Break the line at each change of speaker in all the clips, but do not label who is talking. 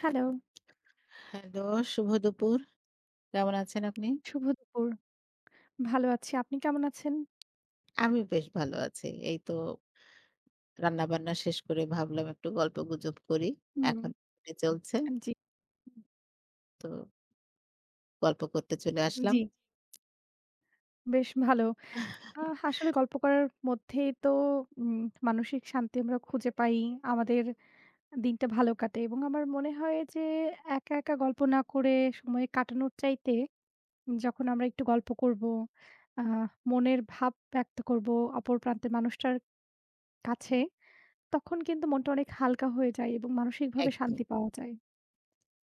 Hello,
hello, শুভ দুপুর। কেমন আছেন আপনি?
শুভ দুপুর। ভালো আছি। আপনি কেমন আছেন?
আমি বেশ ভালো আছি। এই তো রান্নাবান্না শেষ করে ভাবলাম একটু গল্পগুজব করি।
হুম,
এখন ছুটি চলছে।
জি,
তো গল্প করতে চলে আসলাম।
জি, বেশ ভালো। আসলে গল্প করার মধ্যেই তো উম মানসিক শান্তি আমরা খুঁজে পাই। আমাদের দিনটা ভালো কাটে এবং আমার মনে হয় যে একা, একা গল্প না করে সময় কাটানোর চাইতে যখন আমরা একটু গল্প করব, আহ মনের ভাব ব্যক্ত করব অপর প্রান্তের মানুষটার কাছে, তখন কিন্তু মনটা অনেক হালকা হয়ে যায় এবং মানসিকভাবে
একদম,
শান্তি পাওয়া যায়।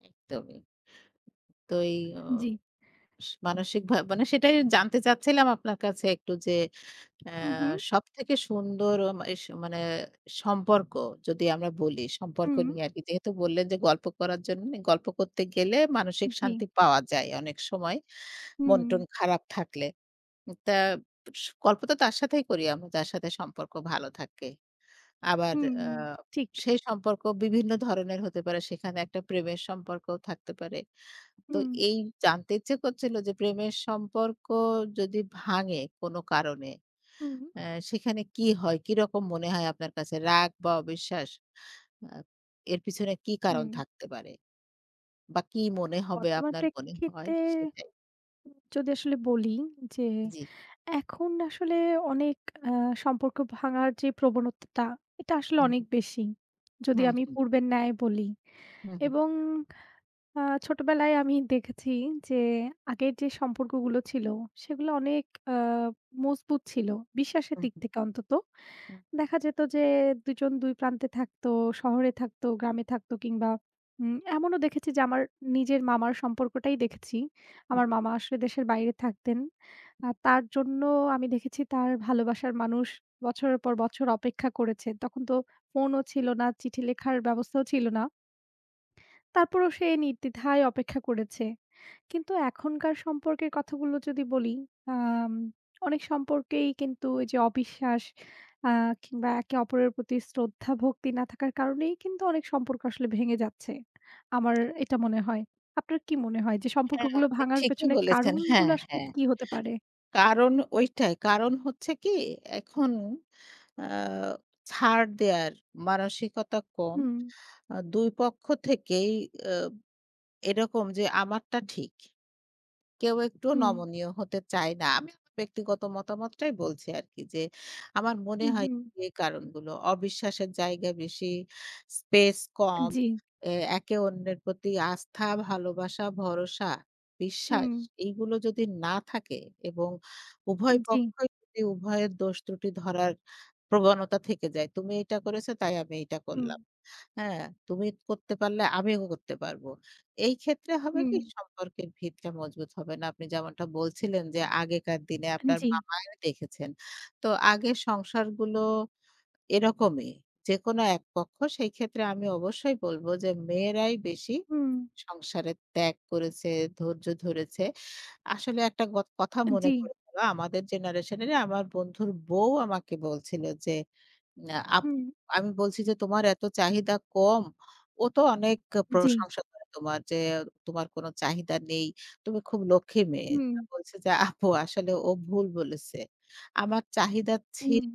একদমই। তো এই অ
জি।
মানসিক ভা মানে সেটাই জানতে চাচ্ছিলাম আপনার কাছে একটু যে, অ্যা
হু, হু,
সবথেকে সুন্দর ও মা এস মানে সম্পর্ক, যদি আমরা বলি, সম্পর্ক
হুম,
নিয়ে আরকি। যেহেতু বললেন যে গল্প করার জন্য, গল্প করতে গেলে মানসিক
জি।
শান্তি পাওয়া যায় অনেক সময়।
হুম,
মন-টন খারাপ থাকলে। তা স গল্প তো তার সাথেই করি আমরা যার সাথে সম্পর্ক ভালো থাকে। আবার
হুম,
আ
ঠিক।
সেই সম্পর্ক বিভিন্ন ধরনের হতে পারে। সেখানে একটা প্রেমের সম্পর্কও থাকতে পারে। তো
হুম,
এই জানতে ইচ্ছে করছিল যে প্রেমের সম্পর্ক যদি ভাঙে কোনো কারণে,
হুম,
অ্যা সেখানে কি হয়? কিরকম মনে হয় আপনার কাছে? রাগ বা অবিশ্বাস? আ এর পিছনে কি কারণ
হুম।
থাকতে পারে? বা কি মনে হবে
বর্তমান
আপনার মনে হয়
প্রেক্ষিতে
সেটাই?
যদি আসলে বলি যে
জি।
এখন আসলে অনেক আ সম্পর্ক ভাঙার যে প্রবণতাটা এটা আসলে
হুম,
অনেক বেশি। যদি
হুম,
আমি
হুম,
পূর্বের ন্যায় বলি
হুম, হুম,
এবং আ ছোটবেলায় আমি দেখেছি যে আগের যে সম্পর্কগুলো ছিল সেগুলো অনেক আ মজবুত ছিল বিশ্বাসের দিক
হুম।
থেকে অন্তত।
হুম,
দেখা যেত যে ২ জন ২ প্রান্তে থাকতো, শহরে থাকতো, গ্রামে থাকতো কিংবা এমনও দেখেছি যে আমার নিজের মামার সম্পর্কটাই দেখেছি।
হুম।
আমার মামা আসলে দেশের বাইরে থাকতেন। তার জন্য আমি দেখেছি তার ভালোবাসার মানুষ বছরের পর বছর অপেক্ষা করেছে। তখন তো ফোনও ছিল না, চিঠি লেখার ব্যবস্থাও ছিল না। তারপরও সে নির্দ্বিধায় অপেক্ষা করেছে। কিন্তু এখনকার সম্পর্কের কথাগুলো যদি বলি, আম অনেক সম্পর্কেই কিন্তু ওই যে অবিশ্বাস আ কিংবা একে অপরের প্রতি শ্রদ্ধা ভক্তি না থাকার কারণেই কিন্তু অনেক সম্পর্ক আসলে ভেঙে যাচ্ছে। আমার এটা মনে হয়। আপনার কি মনে হয় যে
হ্যাঁ,
সম্পর্কগুলো
আপনি
ভাঙার
ঠিকই
পেছনে
বলেছেন।
কারণগুলো
হ্যাঁ,
আসলে
হ্যাঁ।
কি হতে পারে?
কারণ ওইটাই। কারণ হচ্ছে কি এখন আ ছাড় দেয়ার মানসিকতা কম।
হুম,
২ পক্ষ থেকেই এরকম যে আমারটা ঠিক। কেউ একটু
হুম,
নমনীয় হতে চায় না। আমি আমার ব্যক্তিগত মতামতটাই বলছি আরকি যে, আমার মনে
হুম,
হয়
হুম।
এই কারণগুলো। অবিশ্বাসের জায়গা বেশি, স্পেস কম,
জি,
এ একে অন্যের প্রতি আস্থা, ভালোবাসা, ভরসা,
হুম,
বিশ্বাস এইগুলো যদি না থাকে এবং উভয়
জি,
পক্ষই যদি উভয়ের দোষ ত্রুটি ধরার প্রবণতা থেকে যায়। তুমি এটা করেছো তাই আমি এটা
হুম,
করলাম। হ্যাঁ, তুমি করতে পারলে আমিও করতে পারবো। এই ক্ষেত্রে হবে
হুম,
কি সম্পর্কের ভিতটা মজবুত হবে না। আপনি যেমনটা বলছিলেন যে আগেকার দিনে আপনার
জি,
বাবাইও দেখেছেন। তো আগের সংসারগুলো এরকমই। যেকোনো এক পক্ষ সেই ক্ষেত্রে আমি অবশ্যই বলবো যে মেয়েরাই বেশি
হুম,
সংসারে ত্যাগ করেছে, ধৈর্য ধরেছে। আসলে একটা গত কথা মনে
জি,
পড়ে গেল, আমাদের জেনারেশনেরই আমার বন্ধুর বউ আমাকে বলছিল যে না আপ
হুম,
আমি বলছি যে, "তোমার এত চাহিদা কম।" ও তো অনেক
জি,
প্রশংসা করে তোমার যে, "তোমার কোনো চাহিদা নেই। তুমি খুব লক্ষ্মী মেয়ে।"
হুম।
তা বলছি যে, "আপু আসলে ও ভুল বলেছে। আমার চাহিদা
হুম,
ছিল।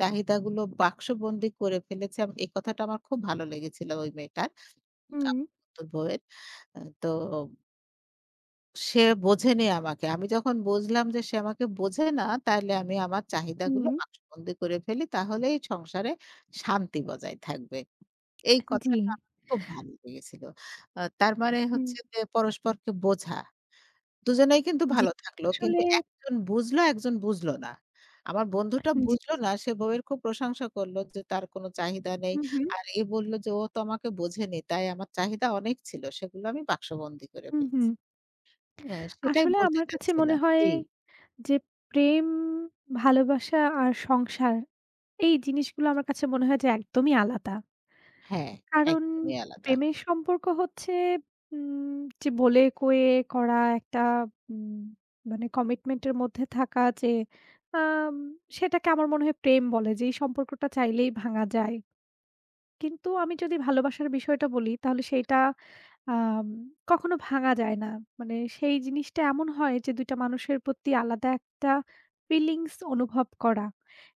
চাহিদাগুলো বাক্সবন্দী করে ফেলেছি।" এই কথাটা আমার খুব ভালো লেগেছিল ওই মেয়েটার,
হুম,
বন্ধুর বউয়ের। তো সে বোঝেনি আমাকে। আমি যখন বুঝলাম যে সে আমাকে বোঝে না, তাইলে আমি আমার চাহিদাগুলো
হুম।
বাক্সবন্দী করে ফেলি। তাহলেই সংসারে শান্তি বজায় থাকবে। এই
জি,
কথাটা আমার খুব ভালো লেগেছিল। তার মানে
হুম।
হচ্ছে যে পরস্পরকে বোঝা। দুজনেই কিন্তু
জি।
ভালো থাকলো। কিন্তু
আসলে
একজন বুঝলো, একজন বুঝলো না। আমার বন্ধুটা
জি।
বুঝলো না। সে বউয়ের খুব প্রশংসা করলো যে তার কোনো চাহিদা নেই।
হুম, হুম।
আর এ বলল যে, "ও তো আমাকে বোঝেনি। তাই আমার চাহিদা অনেক ছিল। সেগুলো আমি বাক্সবন্দী করে
হুম, হুম।
ফেলেছি।" হ্যাঁ, সেটাই
আসলে
বলতে
আমার কাছে মনে
চাচ্ছিলাম।
হয়
জি,
যে প্রেম, ভালোবাসা আর সংসার এই জিনিসগুলো আমার কাছে মনে হয় যে একদমই আলাদা।
হ্যাঁ,
কারণ
একদমই আলাদা।
প্রেমের সম্পর্ক হচ্ছে উম যে বলে কয়ে করা একটা উম মানে কমিটমেন্টের মধ্যে থাকা যে আম সেটাকে আমার মনে হয় প্রেম বলে যে এই সম্পর্কটা চাইলেই ভাঙা যায়। কিন্তু আমি যদি ভালোবাসার বিষয়টা বলি তাহলে সেইটা আম কখনো ভাঙা যায় না। মানে সেই জিনিসটা এমন হয় যে ২ টা মানুষের প্রতি আলাদা একটা ফিলিংস অনুভব করা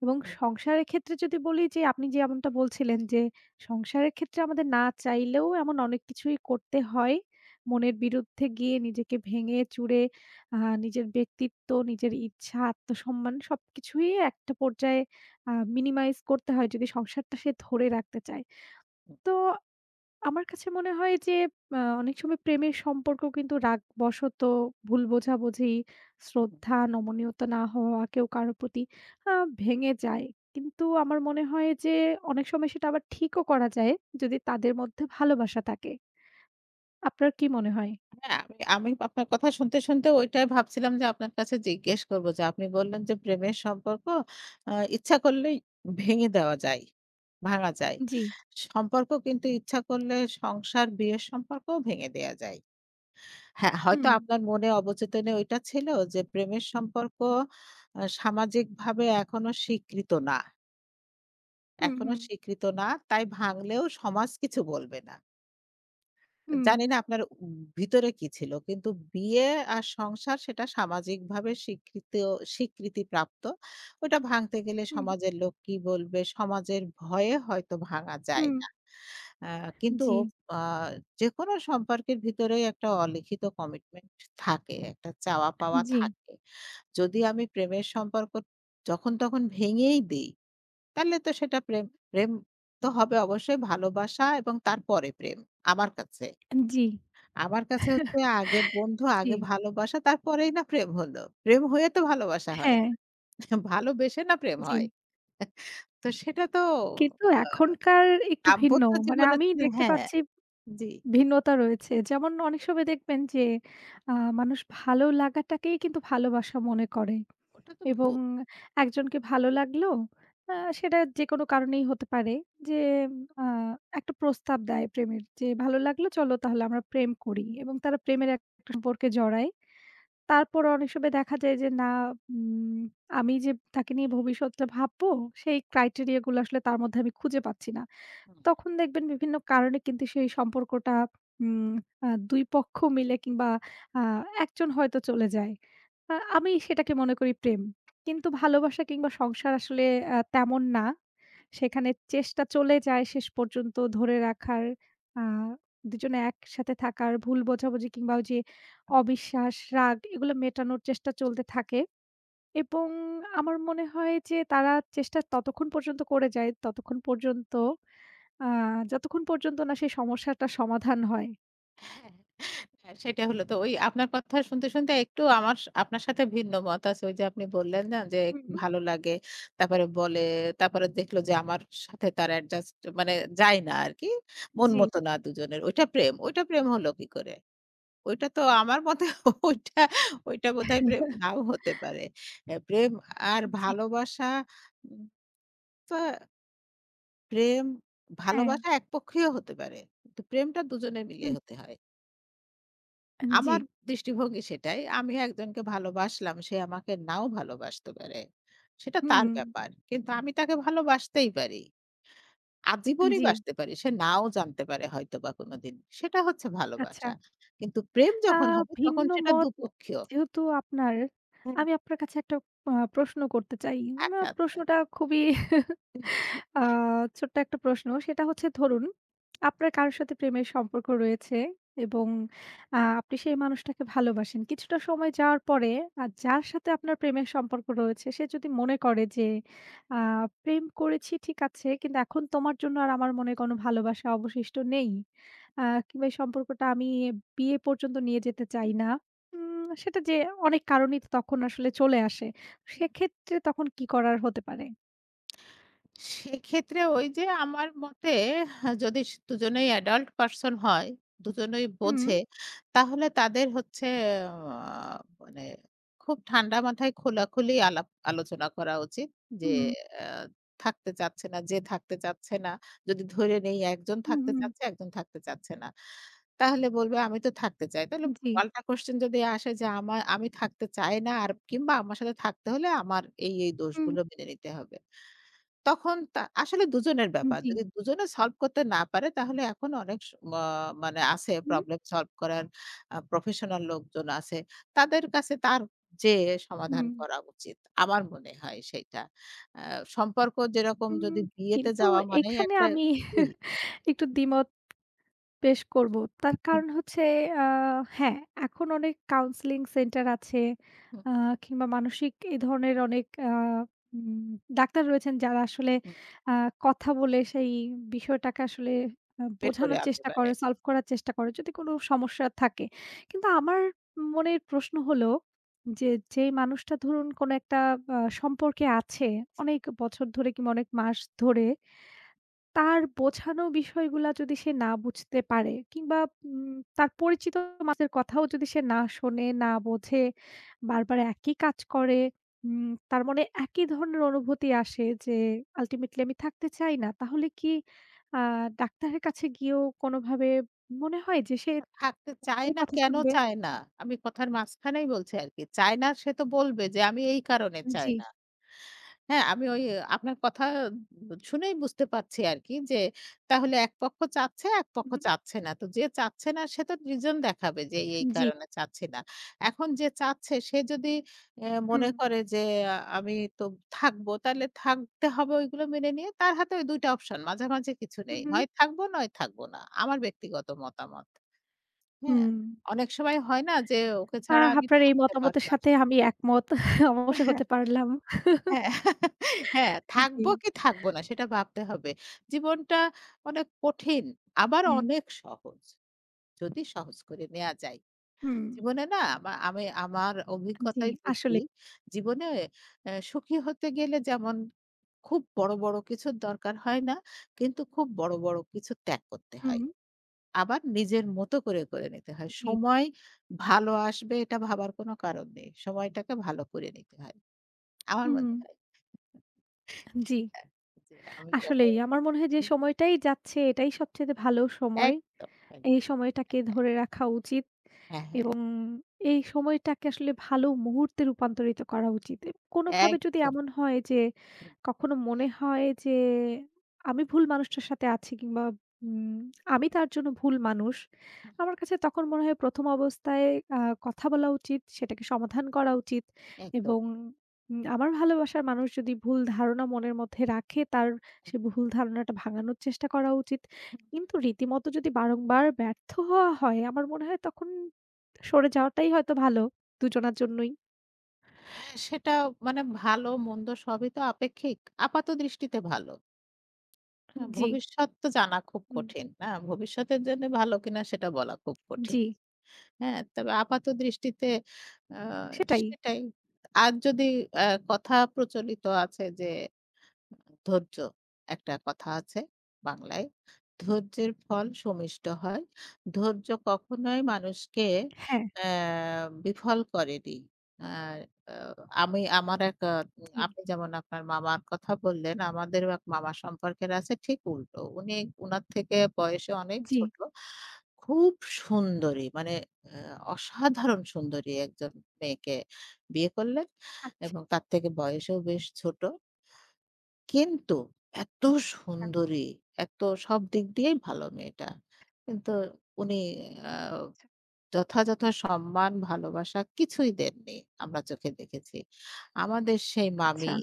এবং
হুম,
সংসারের ক্ষেত্রে যদি বলি যে আপনি যে এমনটা বলছিলেন যে সংসারের ক্ষেত্রে আমাদের না চাইলেও এমন অনেক কিছুই করতে হয়। মনের বিরুদ্ধে গিয়ে নিজেকে ভেঙে চুরে আ নিজের ব্যক্তিত্ব, নিজের ইচ্ছা, আত্মসম্মান সবকিছুই একটা পর্যায়ে মিনিমাইজ করতে হয় যদি সংসারটা সে ধরে রাখতে চায়।
হুম,
তো আমার কাছে মনে হয় যে অনেক সময় প্রেমের সম্পর্ক কিন্তু রাগ বশত, ভুল বোঝাবুঝি,
হুম।
শ্রদ্ধা, নমনীয়তা না হওয়া কেউ কারো প্রতি আ ভেঙে যায়। কিন্তু আমার মনে হয় যে অনেক সময় সেটা আবার ঠিকও করা যায় যদি তাদের মধ্যে ভালোবাসা থাকে। আপনার কি মনে হয়?
হ্যাঁ, আমি আমি আপনার কথা শুনতে ওইটাই ভাবছিলাম যে আপনার কাছে জিজ্ঞেস করব যে আপনি বললেন যে প্রেমের সম্পর্ক আ ইচ্ছা করলেই ভেঙে দেওয়া যায়, ভাঙা যায়।
জি।
সম্পর্ক কিন্তু ইচ্ছা করলে সংসার, বিয়ের সম্পর্কও ভেঙে দেয়া যায়। হ্যাঁ, হয়তো
হুম,
আপনার মনে অবচেতনে ওইটা ছিল যে প্রেমের সম্পর্ক সামাজিকভাবে এখনো স্বীকৃত না।
হুম,
এখনো
হুম,
স্বীকৃত না। তাই ভাঙলেও সমাজ কিছু বলবে না।
হুম,
জানি না আপনার ভিতরে কি ছিল। কিন্তু বিয়ে আর সংসার সেটা সামাজিকভাবে স্বীকৃতিপ্রাপ্ত। ওটা ভাঙতে গেলে
হুম,
সমাজের লোক কি বলবে, সমাজের ভয়ে হয়তো ভাঙা যায়
হুম।
না। আ কিন্তু
জি,
আ যেকোনো সম্পর্কের ভিতরেই একটা অলিখিত কমিটমেন্ট থাকে, একটা চাওয়া পাওয়া
জি,
থাকে। যদি আমি প্রেমের সম্পর্ক যখন তখন ভেঙেই দেই তাহলে তো সেটা প্রেম। প্রেম তো হবে অবশ্যই ভালোবাসা এবং তারপরে প্রেম। আমার কাছে।
জি,
আমার কাছে হচ্ছে আগে বন্ধু,
জি।
আগে ভালোবাসা, তারপরেই না প্রেম হলো। প্রেম হয়ে তো ভালোবাসা হয়
হ্যাঁ,
না। ভালোবেসে না প্রেম
জি।
হয়। তো সেটা তো
কিন্তু
আ
এখনকার একটু ভিন্ন।
দাম্পত্য
মানে
জীবনে
আমি দেখতে
হ্যাঁ,
পাচ্ছি
জি।
ভিন্নতা রয়েছে। যেমন অনেক সময় দেখবেন যে আ মানুষ ভালো লাগাটাকেই কিন্তু ভালোবাসা মনে করে
ওটা তো
এবং
ভুল।
একজনকে ভালো লাগলো আ সেটা যেকোনো কারণেই হতে পারে যে আ একটা প্রস্তাব দেয় প্রেমের যে, "ভালো লাগলো চলো তাহলে আমরা প্রেম করি" এবং তারা প্রেমের একটা সম্পর্কে জড়ায়। তারপর অনেক সময় দেখা যায় যে না উম আমি যে তাকে নিয়ে ভবিষ্যৎটা ভাববো সেই ক্রাইটেরিয়া গুলো আসলে তার মধ্যে আমি খুঁজে পাচ্ছি না। তখন দেখবেন বিভিন্ন কারণে কিন্তু সেই সম্পর্কটা উম আ ২ পক্ষ মিলে কিংবা আ একজন হয়তো চলে যায়। আমি সেটাকে মনে করি প্রেম। কিন্তু ভালোবাসা কিংবা সংসার আসলে তেমন না। সেখানে চেষ্টা চলে যায় শেষ পর্যন্ত ধরে রাখার, আ দুজনে একসাথে থাকার, ভুল বোঝাবুঝি কিংবা ওই যে অবিশ্বাস, রাগ এগুলো মেটানোর চেষ্টা চলতে থাকে এবং আমার মনে হয় যে তারা চেষ্টা ততক্ষণ পর্যন্ত করে যায়, ততক্ষণ পর্যন্ত আ যতক্ষণ পর্যন্ত না সেই সমস্যাটা সমাধান হয়।
হ্যাঁ, হ্যাঁ, সেটা হলো তো ওই আপনার কথা শুনতে একটু আমার আপনার সাথে ভিন্ন মত আছে। ওই যে আপনি বললেন না যে
হুম,
ভালো লাগে। তারপরে বলে, তারপরে দেখলো যে আমার সাথে তার অ্যাডজাস্ট মানে যায় না আরকি। মন
জি।
মতো না দুজনের। ওইটা প্রেম। ওইটা প্রেম হলো কি করে? ওইটা তো আমার মতে, ওইটা, ওইটা বোধহয় প্রেম নাও হতে পারে। প্রেম আর
জি,
ভালোবাসা উম তো প্রেম,
হ্যাঁ।
ভালোবাসা একপক্ষীয় হতে পারে। কিন্তু প্রেমটা দুজনে মিলিয়ে
হুম।
হতে হয়।
জি,
আমার দৃষ্টিভঙ্গি সেটাই। আমি একজনকে ভালোবাসলাম, সে আমাকে নাও ভালোবাসতে পারে। সেটা তার
হুম,
ব্যাপার। কিন্তু আমি তাকে ভালোবাসতেই পারি। আজীবনই
জি,
বাসতে পারি। সে নাও জানতে পারে হয়তোবা কোনোদিন। সেটা হচ্ছে
আচ্ছা।
ভালোবাসা। কিন্তু প্রেম
আ
যখন হবে তখন
ভিন্ন
সেটা
মত
দুপক্ষীয়।
যেহেতু আপনার,
হুম।
আমি আপনার কাছে একটা প্রশ্ন করতে চাই।
আচ্ছা, আচ্ছা।
প্রশ্নটা খুবই আ ছোট্ট একটা প্রশ্ন। সেটা হচ্ছে ধরুন, আপনার কারো সাথে প্রেমের সম্পর্ক রয়েছে এবং আপনি সেই মানুষটাকে ভালোবাসেন। কিছুটা সময় যাওয়ার পরে যার সাথে আপনার প্রেমের সম্পর্ক রয়েছে, সে যদি মনে করে যে আ প্রেম করেছি ঠিক আছে, কিন্তু এখন তোমার জন্য আর আমার মনে কোনো ভালোবাসা অবশিষ্ট নেই। আ কিংবা এই সম্পর্কটা আমি বিয়ে পর্যন্ত নিয়ে যেতে চাই না। সেটা যে অনেক কারণই তো তখন আসলে চলে আসে। সেক্ষেত্রে তখন কি করার হতে পারে?
সেক্ষেত্রে ওই যে আমার মতে যদি দুজনেই অ্যাডাল্ট পারসন হয়, দুজনেই
হুম,
বোঝে, তাহলে তাদের হচ্ছে আ মানে খুব ঠান্ডা মাথায় খোলাখুলি আলাপ আলোচনা করা উচিত যে
হুম।
আ থাকতে চাচ্ছে না, যদি ধরে নেই একজন
হুম,
থাকতে
হুম।
চাচ্ছে, একজন থাকতে চাচ্ছে না। তাহলে বলবে আমি তো থাকতে চাই। তাহলে
জি।
পাল্টা কোয়েশ্চেন যদি আসে যে আমি থাকতে চাই না আর, কিংবা আমার সাথে থাকতে হলে আমার এই, এই
হুম,
দোষগুলো মেনে নিতে হবে। তখন তা আসলে দুজনের ব্যাপার।
জি।
যদি দুজনে সলভ করতে না পারে তাহলে এখন অনেক স ম মানে আছে,
হুম,
প্রবলেম সলভ করার প্রফেশনাল লোকজন আছে। তাদের কাছে তার যেয়ে সমাধান
হুম।
করা উচিত। আমার মনে হয় সেইটা। আ সম্পর্ক যেরকম
হুম,
যদি বিয়েতে
কিন্তু
যাওয়া মানেই
এখানে
একটা
আমি
জি,
একটু দ্বিমত পেশ করব। তার
হুম,
কারণ হচ্ছে আ হ্যাঁ, এখন অনেক কাউন্সেলিং সেন্টার আছে
হুম,
আ কিংবা মানসিক এ ধরনের অনেক আ উম ডাক্তার রয়েছেন যারা আসলে
হুম,
আ কথা বলে সেই বিষয়টাকে আসলে
বের করে
বোঝানোর
আনতে
চেষ্টা
পারে।
করে, সলভ করার চেষ্টা করে যদি কোনো সমস্যা থাকে। কিন্তু আমার মনের প্রশ্ন হলো যে, যেই মানুষটা ধরুন কোনো একটা সম্পর্কে আছে অনেক বছর ধরে কিংবা অনেক মাস ধরে তার বোঝানো বিষয়গুলা যদি সে না বুঝতে পারে কিংবা তার পরিচিত মানুষের কথাও যদি সে না শোনে, না বোঝে, বারবার একই কাজ করে, তার মনে একই ধরনের অনুভূতি আসে যে আল্টিমেটলি আমি থাকতে চাই না। তাহলে কি আ ডাক্তারের কাছে গিয়েও কোনোভাবে মনে হয় যে সে
থাকতে চায়
ডাক্তারের
না,
কথা
কেন
শুনবে?
চায় না? আমি কথার মাঝখানেই বলছি আরকি। চায় না, সে তো বলবে যে আমি এই কারণে চাই
জি,
না। হ্যাঁ, আমি ওই আপনার কথা শুনেই বুঝতে পারছি আরকি যে তাহলে এক পক্ষ চাচ্ছে, এক
হুম,
পক্ষ
হুম।
চাচ্ছে না। তো যে চাচ্ছে না সে তো রিজন দেখাবে যে এই, এই
জি।
কারণে চাচ্ছি না। এখন যে চাচ্ছে সে যদি এ মনে
হুম,
করে যে আমি তো থাকবো, তাহলে থাকতে হবে ওইগুলো মেনে নিয়ে। তার হাতে ওই ২ টা অপশন, মাঝামাঝি কিছু
হুম,
নেই।
হুম,
হয় থাকবো নয় থাকবো না। আমার ব্যক্তিগত মতামত। হ্যাঁ?
হুম।
অনেক সময় হয় না যে ওকে ছাড়া আমি
আপনার এই
থাকতে পারব
মতামতের
না।
সাথে আমি একমত অবশ্য হতে পারলাম।
হ্যাঁ, হ্যাঁ,
জি।
থাকবো কি থাকবো না সেটা ভাবতে হবে। জীবনটা অনেক কঠিন আবার
হুম,
অনেক সহজ। যদি সহজ করে নেয়া যায়।
হুম।
জীবনে না আমি আমার
জি,
অভিজ্ঞতায় বুঝি,
আসলেই।
জীবনে সুখী হতে গেলে যেমন খুব বড়, বড় কিছুর দরকার হয় না। কিন্তু খুব বড়, বড় কিছু ত্যাগ করতে হয়।
হুম,
আবার নিজের মতো করে নিতে হয়।
জি,
সময় ভালো আসবে এটা ভাবার কোনো কারণ নেই। সময়টাকে ভালো করে নিতে হয়। আমার
হুম,
মনে হয়।
জি।
যে আমি
আসলেই
কখনো
আমার মনে হয় যে
হুম,
সময়টাই যাচ্ছে এটাই সবচেয়ে ভালো সময়।
একদম,
এই
একদম।
সময়টাকে ধরে রাখা উচিত।
হ্যাঁ, হ্যাঁ,
এবং এই সময়টাকে আসলে ভালো মুহূর্তে রূপান্তরিত করা উচিত। কোনোভাবে যদি
একদম।
এমন হয় যে
হুম,
কখনো মনে হয় যে আমি ভুল মানুষটার সাথে আছি কিংবা
হুম,
উম আমি তার জন্য ভুল মানুষ।
হুম,
আমার কাছে তখন মনে হয় ১ম অবস্থায় আ কথা বলা উচিত, সেটাকে সমাধান করা উচিত
একদম।
এবং আমার ভালোবাসার মানুষ যদি ভুল ধারণা মনের মধ্যে রাখে তার সে ভুল ধারণাটা ভাঙানোর চেষ্টা করা উচিত। কিন্তু রীতিমতো যদি বারংবার ব্যর্থ হওয়া হয় আমার মনে হয় তখন সরে যাওয়াটাই হয়তো ভালো দুজনার জন্যই।
সেটা মানে ভালো মন্দ সবই তো আপেক্ষিক। আপাত দৃষ্টিতে ভালো। হ্যাঁ,
জি,
ভবিষ্যৎ তো জানা খুব
হুম।
কঠিন। না? ভবিষ্যতের জন্য ভালো কিনা সেটা বলা খুব কঠিন।
জি,
হ্যাঁ? তবে আপাত দৃষ্টিতে আ
সেটাই।
সেটাই। আর যদি আ কথা প্রচলিত আছে যে ধৈর্য, একটা কথা আছে বাংলায়। ধৈর্যের ফল সমিষ্ট হয়। ধৈর্য কখনোই মানুষকে
হ্যাঁ,
অ্যা বিফল করেনি। আর আ আমি আমার এক আ
জি,
আপনি যেমন আপনার মামার কথা বললেন, আমাদেরও এক মামা সম্পর্কের আছে ঠিক উল্টো। উনি উনার থেকে বয়সে অনেক
জি।
ছোট। খুব সুন্দরী মানে আ অসাধারণ সুন্দরী একজন মেয়েকে বিয়ে করলেন,
আচ্ছা,
এবং তার থেকে বয়সেও বেশ ছোট। কিন্তু এত
আচ্ছা,
সুন্দরী, এত সব দিক দিয়েই ভালো মেয়েটা। কিন্তু উনি আ
আচ্ছা,
যথাযথ সম্মান, ভালোবাসা কিছুই দেননি। আমরা চোখে দেখেছি। আমাদের সেই
আচ্ছা।
মামি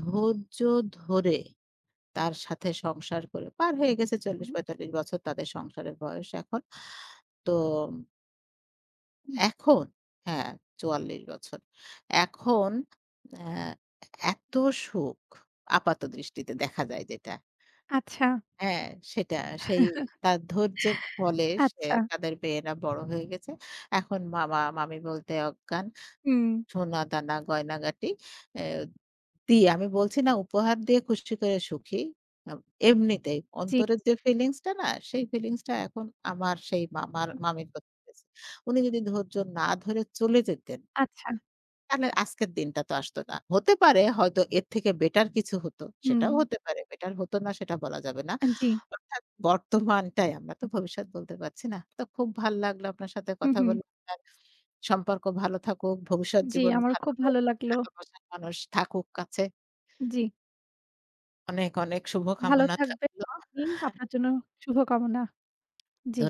ধৈর্য ধরে তার সাথে সংসার করে পার হয়ে গেছে।
হুম।
৪০-৪৫ বছর তাদের সংসারের বয়স এখন। তো
হুম,
এখন হ্যাঁ, ৪৪ বছর। এখন অ্যা এত সুখ আপাত দৃষ্টিতে দেখা যায় যেটা।
আচ্ছা,
হ্যাঁ, সেটা। সেই তার ধৈর্যের ফলে সে
আচ্ছা।
তাদের মেয়েরা বড় হয়ে গেছে। এখন মামা-মামি বলতে অজ্ঞান,
হুম,
সোনা-দানা, গয়নাগাটি এ দিয়ে, আমি বলছি না উপহার দিয়ে খুশি করে সুখী। আম এমনিতেই
জি,
অন্তরের যে ফিলিংসটা না, সেই ফিলিংসটা এখন আমার সেই মামার
হুম।
মামির প্রতি রয়েছে। উনি যদি ধৈর্য না ধরে চলে যেতেন,
আচ্ছা,
তাহলে আজকের দিনটা তো আসতো না। হতে পারে হয়তো এর থেকে বেটার কিছু হতো।
হুম,
সেটাও হতে পারে। বেটার হতো না সেটা বলা যাবে না।
জি,
অর্থাৎ বর্তমানটাই, আমরা তো ভবিষ্যৎ বলতে পারছি না। তো খুব ভাল লাগলো আপনার সাথে
হুম,
কথা
হুম।
বলে। আপনার সম্পর্ক ভালো থাকুক, ভবিষ্যৎ
জি,
জীবন
আমারও
ভালো
খুব
হোক,
ভালো লাগলো।
ভালোবাসার মানুষ থাকুক কাছে।
জি,
অনেক, অনেক
ভালো
শুভকামনা
থাকবেন
থাকলো।
আপনি। আপনার জন্য শুভকামনা। জি।